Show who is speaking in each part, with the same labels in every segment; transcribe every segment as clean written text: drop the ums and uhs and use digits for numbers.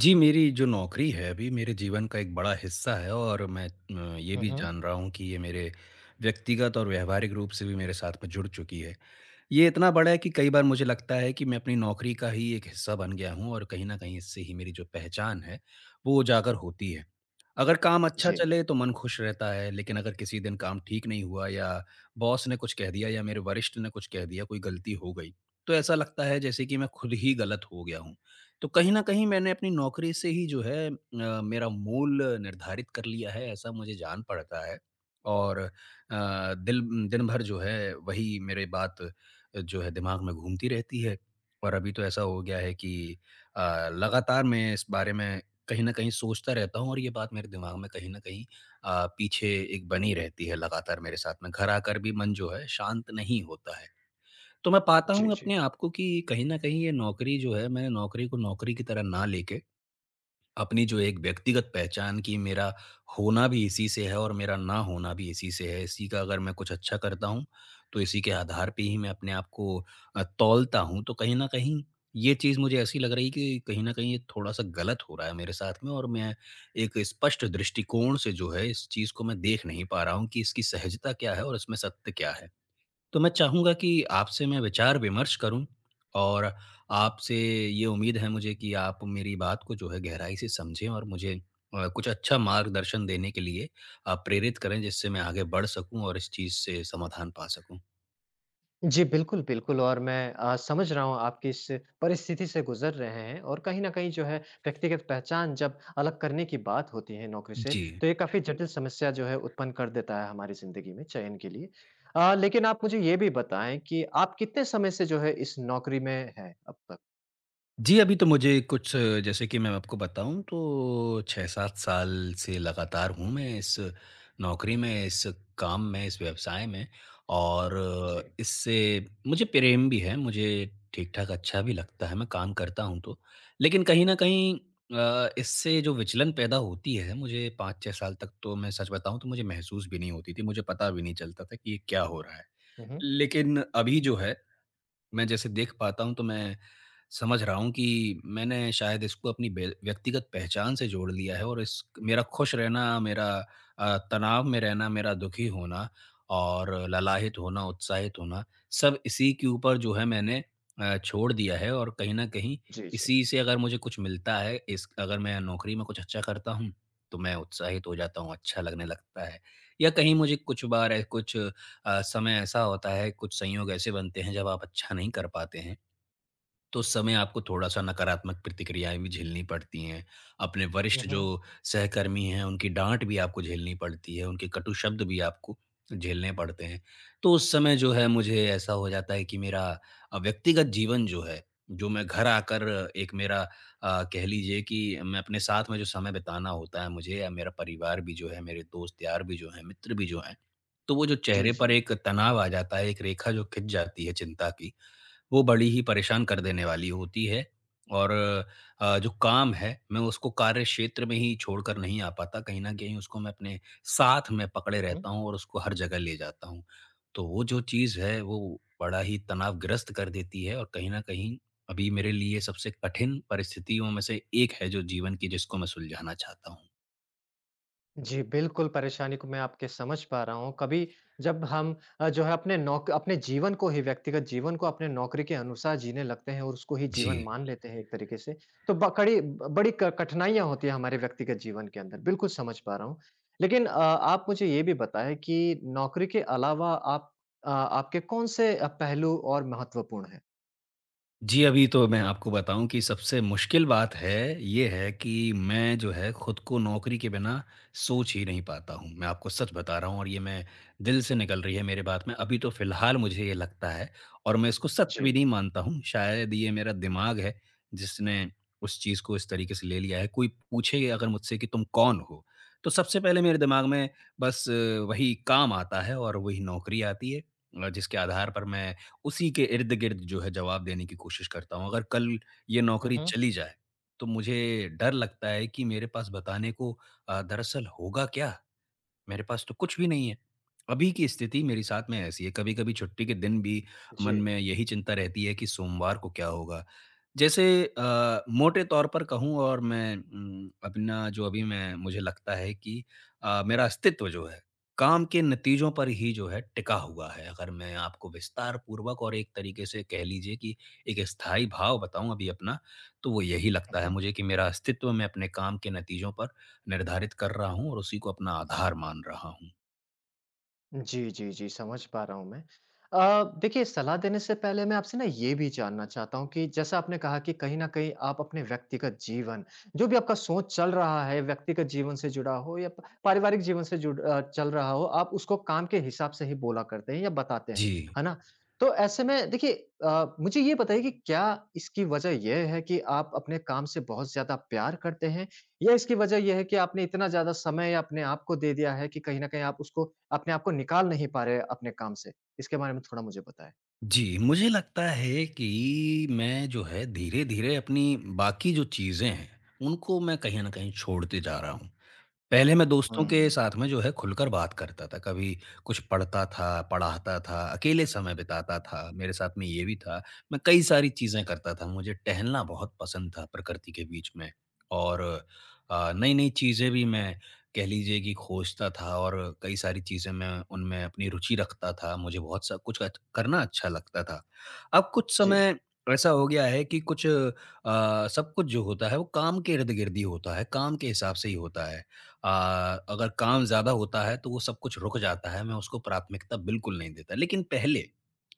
Speaker 1: जी, मेरी जो नौकरी है अभी मेरे जीवन का एक बड़ा हिस्सा है और मैं ये
Speaker 2: हुँ,
Speaker 1: भी
Speaker 2: हुँ।
Speaker 1: जान रहा हूँ कि ये मेरे व्यक्तिगत और व्यावहारिक रूप से भी मेरे साथ में जुड़ चुकी है। ये इतना बड़ा है कि कई बार मुझे लगता है कि मैं अपनी नौकरी का ही एक हिस्सा बन गया हूँ और कहीं न कहीं इससे ही मेरी जो पहचान है, वो उजागर होती है। अगर काम अच्छा
Speaker 2: जी,
Speaker 1: चले तो मन खुश रहता है, लेकिन अगर किसी दिन काम ठीक नहीं हुआ या बॉस ने कुछ कह दिया या मेरे वरिष्ठ ने कुछ कह दिया, कोई गलती हो गई, तो ऐसा लगता है जैसे कि मैं खुद ही गलत हो गया हूँ। तो कहीं न कहीं मैंने अपनी नौकरी से ही जो है मेरा मूल निर्धारित कर लिया है, ऐसा मुझे जान पड़ता है और दिल दिन भर जो है वही मेरे बात जो है दिमाग में घूमती रहती है और अभी तो ऐसा हो गया है कि लगातार मैं इस बारे में कहीं न कहीं सोचता रहता हूँ और ये बात मेरे दिमाग में कहीं न कहीं पीछे एक बनी रहती है लगातार मेरे साथ में। घर आकर भी मन जो है शांत नहीं होता है। तो मैं पाता
Speaker 2: जी,
Speaker 1: हूँ
Speaker 2: जी।
Speaker 1: अपने आप को कि कहीं न कहीं ये नौकरी जो है, मैंने नौकरी को नौकरी की तरह ना लेके, अपनी जो एक व्यक्तिगत पहचान कि मेरा होना भी इसी से है और मेरा ना होना भी इसी से है। इसी का अगर मैं कुछ अच्छा करता हूँ, तो इसी के आधार पे ही मैं अपने आप को तौलता हूँ। तो कहीं न कहीं ये चीज़ मुझे ऐसी लग रही है कि कहीं न कहीं ये थोड़ा-सा गलत हो रहा है मेरे साथ में और मैं एक स्पष्ट दृष्टिकोण से जो है, इस चीज़ को मैं देख नहीं पा रहा हूँ कि इसकी सहजता क्या है और इसमें सत्य क्या है। तो मैं चाहूँगा कि आपसे मैं विचार-विमर्श करूँ और आपसे ये उम्मीद है मुझे कि आप मेरी बात को जो है गहराई से समझें और मुझे कुछ अच्छा मार्गदर्शन देने के लिए आप प्रेरित करें जिससे मैं आगे बढ़ सकूँ और इस चीज़ से समाधान पा सकूँ।
Speaker 2: जी, बिल्कुल, बिल्कुल और मैं समझ रहा हूँ आप किस परिस्थिति से गुज़र रहे हैं और कहीं न कहीं जो है व्यक्तिगत पहचान जब अलग करने की बात होती है नौकरी से,
Speaker 1: जी।
Speaker 2: तो ये काफ़ी जटिल समस्या जो है उत्पन्न कर देता है हमारी ज़िंदगी में चयन के लिए। लेकिन आप मुझे ये भी बताएँ कि आप कितने समय से जो है इस नौकरी में हैं अब तक?
Speaker 1: जी, अभी तो मुझे कुछ जैसे कि मैं आपको बताऊँ तो 6-7 साल से लगातार हूँ मैं इस नौकरी में, इस काम में, इस व्यवसाय में और
Speaker 2: जी।
Speaker 1: इससे मुझे प्रेम भी है, मुझे ठीक-ठाक अच्छा भी लगता है, मैं काम करता हूँ तो। लेकिन कहीं न कहीं इससे जो विचलन पैदा होती है, मुझे 5-6 साल तक तो मैं सच बताऊँ तो मुझे महसूस भी नहीं होती थी, मुझे पता भी नहीं चलता था कि ये क्या हो रहा है।
Speaker 2: हुँ, हुँ।
Speaker 1: लेकिन अभी जो है मैं जैसे देख पाता हूँ तो मैं समझ रहा हूँ कि मैंने शायद इसको अपनी व्यक्तिगत पहचान से जोड़ लिया है और इस मेरा खुश रहना, मेरा तनाव में रहना, मेरा दुखी होना और ललाहित होना, उत्साहित होना, सब इसी के ऊपर जो है मैंने छोड़ दिया है और कहीं ना कहीं
Speaker 2: जी, जी।
Speaker 1: इसी से अगर मुझे कुछ मिलता है, इस अगर मैं नौकरी में कुछ अच्छा करता हूँ तो मैं उत्साहित हो जाता हूँ, अच्छा लगने लगता है, या कहीं मुझे कुछ बार कुछ समय ऐसा होता है, कुछ संयोग ऐसे बनते हैं जब आप अच्छा नहीं कर पाते हैं, तो उस समय आपको थोड़ा-सा नकारात्मक प्रतिक्रियाएँ भी झेलनी पड़ती हैं। अपने
Speaker 2: हुँ,
Speaker 1: वरिष्ठ जो
Speaker 2: हुँ।
Speaker 1: सहकर्मी हैं, उनकी डाँट भी आपको झेलनी पड़ती है, उनके कटु शब्द भी आपको झेलने पड़ते हैं। तो उस समय जो है मुझे ऐसा हो जाता है कि मेरा व्यक्तिगत जीवन जो है, जो मैं घर आकर एक मेरा कह लीजिए कि मैं अपने साथ में जो समय बिताना होता है मुझे, या मेरा परिवार भी जो है, मेरे दोस्त यार भी जो हैं, मित्र भी जो हैं, तो वो जो
Speaker 2: जी,
Speaker 1: चेहरे
Speaker 2: जी।
Speaker 1: पर एक तनाव आ जाता है, एक रेखा जो खिंच जाती है चिंता की, वो बड़ी ही परेशान कर देने वाली होती है। और जो काम है मैं उसको कार्य क्षेत्र में ही छोड़कर नहीं आ पाता, कहीं न कहीं उसको मैं अपने साथ में पकड़े रहता हूँ और उसको हर जगह ले जाता हूँ। तो वो जो चीज़ है वो बड़ा ही तनावग्रस्त कर देती है और कहीं न कहीं अभी मेरे लिए सबसे कठिन परिस्थितियों में से एक है जो जीवन की, जिसको मैं सुलझाना चाहता हूँ।
Speaker 2: जी, बिल्कुल परेशानी को मैं आपके समझ पा रहा हूँ। कभी जब हम जो है अपने जीवन को ही व्यक्तिगत जीवन को अपने नौकरी के अनुसार जीने लगते हैं और उसको ही
Speaker 1: जी।
Speaker 2: जीवन मान लेते हैं एक तरीके से, तो बकड़ी ब कड़ी बड़ी क कठिनाइयाँ होती हैं हमारे व्यक्तिगत जीवन के अंदर, बिल्कुल समझ पा रहा हूँ। लेकिन आप मुझे ये भी बताएँ कि नौकरी के अलावा आपके कौन-से पहलू और महत्वपूर्ण हैं?
Speaker 1: जी, अभी तो मैं आपको बताऊँ कि सबसे मुश्किल बात है, ये है कि मैं जो है खुद को नौकरी के बिना सोच ही नहीं पाता हूँ। मैं आपको सच बता रहा हूँ और ये मैं दिल से निकल रही है मेरे बात में। अभी तो फ़िलहाल मुझे ये लगता है और मैं इसको सत्य
Speaker 2: जी।
Speaker 1: भी नहीं मानता हूँ। शायद ये मेरा दिमाग है जिसने उस चीज़ को इस तरीके से ले लिया है। कोई पूछे अगर मुझसे कि तुम कौन हो? तो सबसे पहले मेरे दिमाग में बस वही काम आता है और वही नौकरी आती है, जिसके आधार पर मैं उसी के इर्द-गिर्द जो है जवाब देने की कोशिश करता हूँ। अगर कल ये
Speaker 2: हुँ,
Speaker 1: नौकरी
Speaker 2: हुँ।
Speaker 1: चली जाए, तो मुझे डर लगता है कि मेरे पास बताने को दरअसल होगा क्या? मेरे पास तो कुछ भी नहीं है। अभी की स्थिति मेरे साथ में ऐसी है, कभी-कभी छुट्टी के दिन भी
Speaker 2: जी।
Speaker 1: मन में यही चिंता रहती है कि सोमवार को क्या होगा? जैसे मोटे तौर पर कहूँ और मैं अपना जो अभी मैं मुझे लगता है कि मेरा अस्तित्व जो है, काम के नतीजों पर ही जो है टिका हुआ है। अगर मैं आपको विस्तार पूर्वक और एक तरीके से कह लीजिए कि एक स्थायी भाव बताऊँ अभी अपना, तो वो यही लगता है
Speaker 2: हम्म।
Speaker 1: मुझे कि मेरा अस्तित्व मैं अपने काम के नतीजों पर निर्धारित कर रहा हूँ और उसी को अपना आधार मान रहा हूँ।
Speaker 2: जी, जी, जी, समझ पा रहा हूँ मैं। देखिए सलाह देने से पहले मैं आपसे ना ये भी जानना चाहता हूँ कि जैसा आपने कहा कि कहीं न कहीं आप अपने व्यक्तिगत जीवन, जो भी आपका सोच चल रहा है, व्यक्तिगत जीवन से जुड़ा हो या प पारिवारिक जीवन से चल रहा हो, आप उसको काम के हिसाब से ही बोला करते हैं या बताते हैं,
Speaker 1: जी।
Speaker 2: है ना? तो ऐसे में देखिए, मुझे ये बताइए कि क्या इसकी वजह ये है कि आप अपने काम से बहुत ज़्यादा प्यार करते हैं या इसकी वजह ये है कि आपने इतना ज़्यादा समय अपने आप को दे दिया है कि कहीं न कहीं आप उसको, अपने आप को निकाल नहीं पा रहे अपने काम से? इसके बारे में थोड़ा मुझे बताएँ।
Speaker 1: जी, मुझे लगता है कि मैं जो है धीरे-धीरे अपनी बाकी जो चीज़ें हैं, उनको मैं कहीं न कहीं छोड़ते जा रहा हूँ। पहले मैं दोस्तों के
Speaker 2: हुँ,
Speaker 1: साथ में जो है खुलकर बात करता था। कभी कुछ पढ़ता था, पढ़ाता था, अकेले समय बिताता था, मेरे साथ में ये भी था। मैं कई सारी चीज़ें करता था, मुझे टहलना बहुत पसंद था प्रकृति के बीच में और नई-नई चीज़ें भी मैं कह लीजिए कि खोजता था, और कई सारी चीज़ें मैं उनमें अपनी रुचि रखता था। मुझे बहुत सा कुछ अच करना अच्छा लगता था। अब कुछ
Speaker 2: जी।
Speaker 1: समय ऐसा हो गया है कि कुछ सब कुछ जो होता है वो काम के इर्द-गिर्द ही होता है, काम के हिसाब से ही होता है। अ, अगर काम ज़्यादा होता है तो वो सब कुछ रुक जाता है, मैं उसको प्राथमिकता बिल्कुल नहीं देता। लेकिन पहले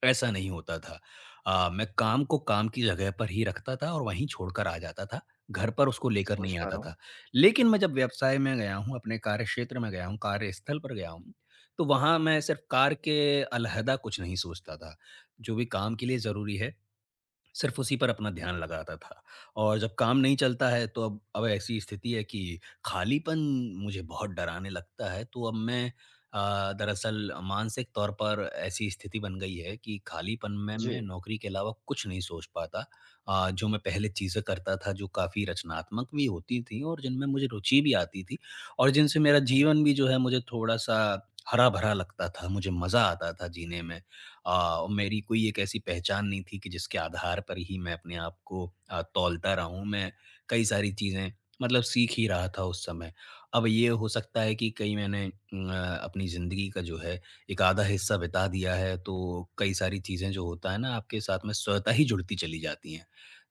Speaker 1: ऐसा नहीं होता था। मैं काम को काम की जगह पर ही रखता था और वहीं छोड़कर आ जाता था। घर पर उसको लेकर
Speaker 2: समझ
Speaker 1: नहीं
Speaker 2: पा
Speaker 1: आता
Speaker 2: रहा हूँ।
Speaker 1: था। लेकिन मैं जब व्यवसाय में गया हूँ, अपने कार्यक्षेत्र में गया हूँ, कार्यस्थल पर गया हूँ, तो वहाँ मैं सिर्फ़ कार्य के अलहदा कुछ नहीं सोचता था। जो भी काम के लिए ज़रूरी है सिर्फ़ उसी पर अपना ध्यान लगाता था, और जब काम नहीं चलता है तो अब ऐसी स्थिति है कि खालीपन मुझे बहुत डराने लगता है, तो अब मैं दरअसल मानसिक तौर पर ऐसी स्थिति बन गई है कि खालीपन में
Speaker 2: जी।
Speaker 1: मैं नौकरी के अलावा कुछ नहीं सोच पाता। जो मैं पहले चीज़ें करता था, जो काफ़ी रचनात्मक भी होती थी और जिनमें मुझे रुचि भी आती थी और जिनसे मेरा
Speaker 2: हुँ, हुँ।
Speaker 1: जीवन भी जो है मुझे थोड़ा-सा हरा-भरा लगता था, मुझे मज़ा आता था जीने में। मेरी कोई एक ऐसी पहचान नहीं थी कि जिसके आधार पर ही मैं अपने आप को तौलता रहा हूँ। मैं कई सारी चीज़ें मतलब सीख ही रहा था उस समय। अब ये हो सकता है कि कहीं मैंने अपनी ज़िंदगी का जो है एक आधा हिस्सा बिता दिया है, तो कई सारी चीज़ें जो होता है ना आपके साथ में स्वतः ही जुड़ती चली जाती हैं।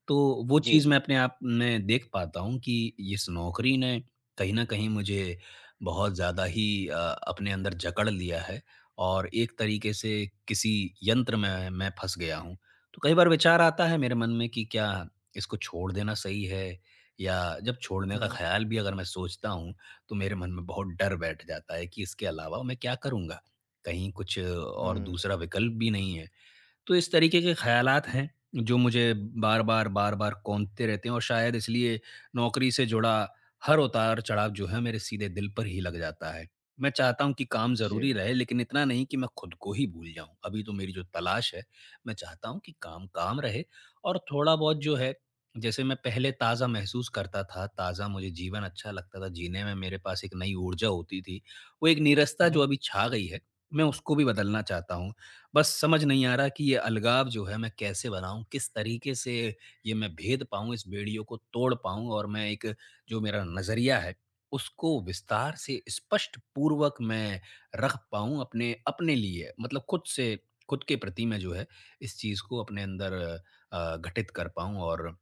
Speaker 1: तो वो
Speaker 2: जी,
Speaker 1: चीज़ मैं
Speaker 2: जी।
Speaker 1: अपने आप में देख पाता हूँ कि इस नौकरी ने कहीं न कहीं मुझे बहुत ज़्यादा ही अपने अंदर जकड़ लिया है और एक तरीके से किसी यंत्र में मैं फँस गया हूँ। तो कई बार विचार आता है मेरे मन में कि क्या इसको छोड़ देना सही है? या जब छोड़ने
Speaker 2: हुँ,
Speaker 1: का
Speaker 2: हुँ।
Speaker 1: ख़्याल भी अगर मैं सोचता हूँ, तो मेरे मन में बहुत डर बैठ जाता है कि इसके अलावा मैं क्या करूँगा? कहीं कुछ और
Speaker 2: हुँ,
Speaker 1: दूसरा विकल्प भी नहीं है। तो इस तरीके के ख़्यालात हैं, जो मुझे बार-बार, बार-बार कौंधते रहते हैं और शायद इसलिए नौकरी से जुड़ा हर उतार-चढ़ाव जो है मेरे सीधे दिल पर ही लग जाता है। मैं चाहता हूँ कि काम
Speaker 2: जी।
Speaker 1: ज़रूरी रहे, लेकिन इतना नहीं कि मैं खुद को ही भूल जाऊँ। अभी तो मेरी जो तलाश है, मैं चाहता हूँ कि काम काम रहे और थोड़ा-बहुत जो है, जैसे मैं पहले ताज़ा महसूस करता था, ताज़ा मुझे जीवन अच्छा लगता था, जीने में मेरे पास एक नई ऊर्जा होती थी। वो एक नीरसता
Speaker 2: हुँ,
Speaker 1: जो
Speaker 2: हुँ।
Speaker 1: अभी छा गई है, मैं उसको भी बदलना चाहता हूँ, बस समझ नहीं आ रहा कि ये अलगाव जो है मैं कैसे बनाऊँ? किस तरीके से ये मैं भेद पाऊँ, इस बेड़ियों को तोड़ पाऊँ और मैं एक जो मेरा नज़रिया है, उसको विस्तार से स्पष्ट पूर्वक मैं रख पाऊँ अपने अपने लिए मतलब खुद से खुद के प्रति मैं जो है इस चीज़ को अपने अंदर घटित कर पाऊँ और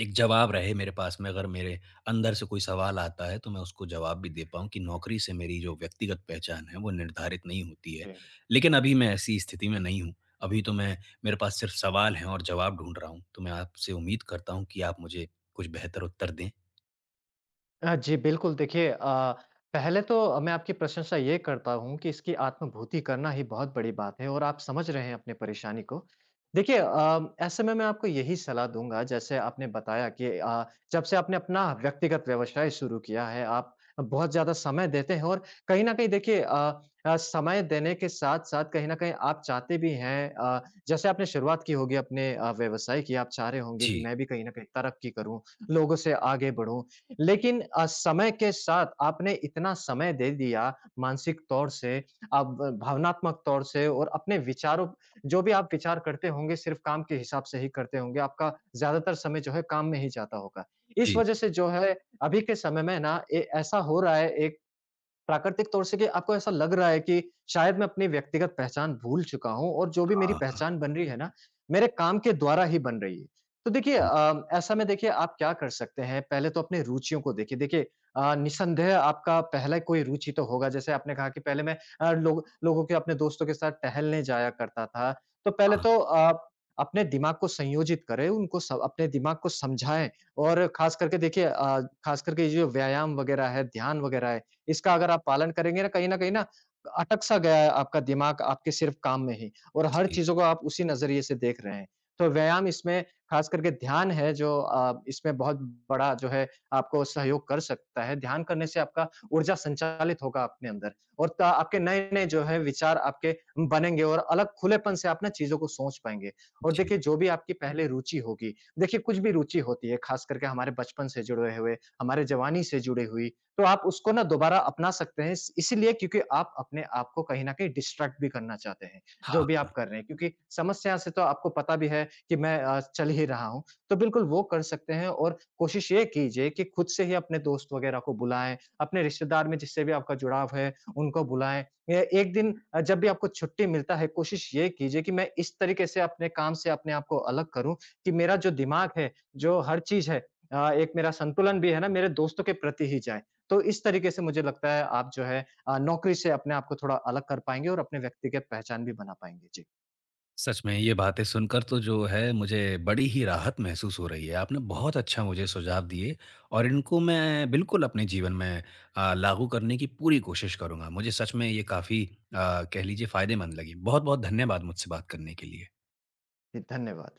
Speaker 1: एक जवाब रहे मेरे पास में, अगर मेरे अंदर से कोई सवाल आता है तो मैं उसको जवाब भी दे पाऊँ कि नौकरी से मेरी जो व्यक्तिगत पहचान है वो निर्धारित नहीं होती है।
Speaker 2: जी।
Speaker 1: लेकिन अभी मैं ऐसी स्थिति में नहीं हूँ। अभी तो मैं मेरे पास सिर्फ़ सवाल हैं और जवाब ढूँढ रहा हूँ। तो मैं आपसे उम्मीद करता हूँ कि आप मुझे कुछ बेहतर उत्तर दें।
Speaker 2: जी, बिल्कुल, देखिए। पहले तो मैं आपकी प्रशंसा ये करता हूँ कि इसकी आत्मभूति करना ही बहुत बड़ी बात है और आप समझ रहे हैं अपनी परेशानी को। देखिए, ऐसे में मैं आपको यही सलाह दूँगा, जैसे आपने बताया कि जब से आपने अपना व्यक्तिगत व्यवसाय शुरू किया है, आप बहुत ज़्यादा समय देते हैं और कहीं न कहीं देखिए, समय देने के साथ-साथ कहीं न कहीं आप चाहते भी हैं। जैसे आपने शुरुआत की होगी अपने व्यवसाय की, आप चाह रहे होंगे कि
Speaker 1: जी,
Speaker 2: मैं भी कहीं न कहीं तरक्की करूँ, लोगों से आगे बढ़ूँ। लेकिन समय के साथ आपने इतना समय दे दिया मानसिक तौर से, अब भावनात्मक तौर से और अपने विचारों, जो भी आप विचार करते होंगे सिर्फ़ काम के हिसाब से ही करते होंगे, आपका ज़्यादातर समय जो है काम में ही जाता होगा। इस
Speaker 1: जी।
Speaker 2: वज़ह से जो है, अभी के समय में ना ए ऐसा हो रहा है, एक प्राकृतिक तौर से, कि आपको ऐसा लग रहा है कि शायद मैं अपनी व्यक्तिगत पहचान भूल चुका हूँ और जो भी मेरी
Speaker 1: हाँ,
Speaker 2: पहचान बन रही है ना, मेरे काम के द्वारा ही बन रही है। तो देखिए,
Speaker 1: जी।
Speaker 2: ऐसा में देखिए आप क्या कर सकते हैं। पहले तो अपनी रुचियों को देखिए। देखिए, निसंदेह आपका पहला कोई रुचि तो होगा, जैसे आपने कहा कि पहले मैं लोगों के, अपने दोस्तों के साथ टहलने जाया करता था। तो पहले
Speaker 1: हाँ,
Speaker 2: तो आप अपने दिमाग को संयोजित करें, उनको स अपने दिमाग को समझाएँ और खास करके देखिए, खास करके ये जो व्यायाम वगैरह है, ध्यान वगैरह है, इसका अगर आप पालन करेंगे ना, कहीं न कहीं ना अटक सा गया है आपका दिमाग आपके सिर्फ़ काम में ही, और हर
Speaker 1: जी,
Speaker 2: चीज़ों को आप उसी नज़रिए से देख रहे हैं। तो व्यायाम, इसमें ख़ास करके ध्यान है जो इसमें बहुत बड़ा जो है आपको सहयोग कर सकता है। ध्यान करने से आपका ऊर्जा संचालित होगा अपने अंदर और त आपके नए-नए जो है विचार आपके बनेंगे और अलग खुलेपन से आप ना चीज़ों को सोच पाएँगे। और
Speaker 1: जी।
Speaker 2: देखिए जो भी आपकी पहले रुचि होगी, देखिए कुछ भी रुचि होती है ख़ास करके हमारे बचपन से जुड़े हुए, हमारे जवानी से जुड़ी हुई, तो आप उसको ना दोबारा अपना सकते हैं, इस इसीलिए क्योंकि आप अपने आप को कहीं न कहीं डिस्ट्रैक्ट भी करना चाहते हैं, जो भी
Speaker 1: हाँ।
Speaker 2: आप कर रहे हैं, क्योंकि समस्या से तो आपको पता भी है कि मैं चल ही रहा हूँ। तो बिल्कुल वो कर सकते हैं, और कोशिश ये कीजिए कि खुद से ही अपने दोस्त वग़ैरह को बुलाएँ, अपने रिश्तेदार में जिससे भी आपका जुड़ाव है, उनको बुलाएँ। या एक दिन, जब भी आपको छुट्टी मिलता है, कोशिश ये कीजिए कि मैं इस तरीके से अपने काम से अपने आप को अलग करूँ, कि मेरा जो दिमाग है, जो हर चीज़ है, एक मेरा संतुलन भी है ना, मेरे दोस्तों के प्रति ही जाए। तो इस तरीके से मुझे लगता है आप जो है नौकरी से अपने आप को थोड़ा अलग कर पाएँगे और अपने व्यक्तिगत पहचान भी बना पाएँगे। जी,
Speaker 1: सच में ये बातें सुनकर तो जो है मुझे बड़ी ही राहत महसूस हो रही है। आपने बहुत अच्छा मुझे सुझाव दिए और इनको मैं बिल्कुल अपने जीवन में लागू करने की पूरी कोशिश करूँगा। मुझे सच में ये काफ़ी कह लीजिए फ़ायदेमंद लगी। बहुत-बहुत धन्यवाद मुझसे बात करने के लिए।
Speaker 2: जी, धन्यवाद।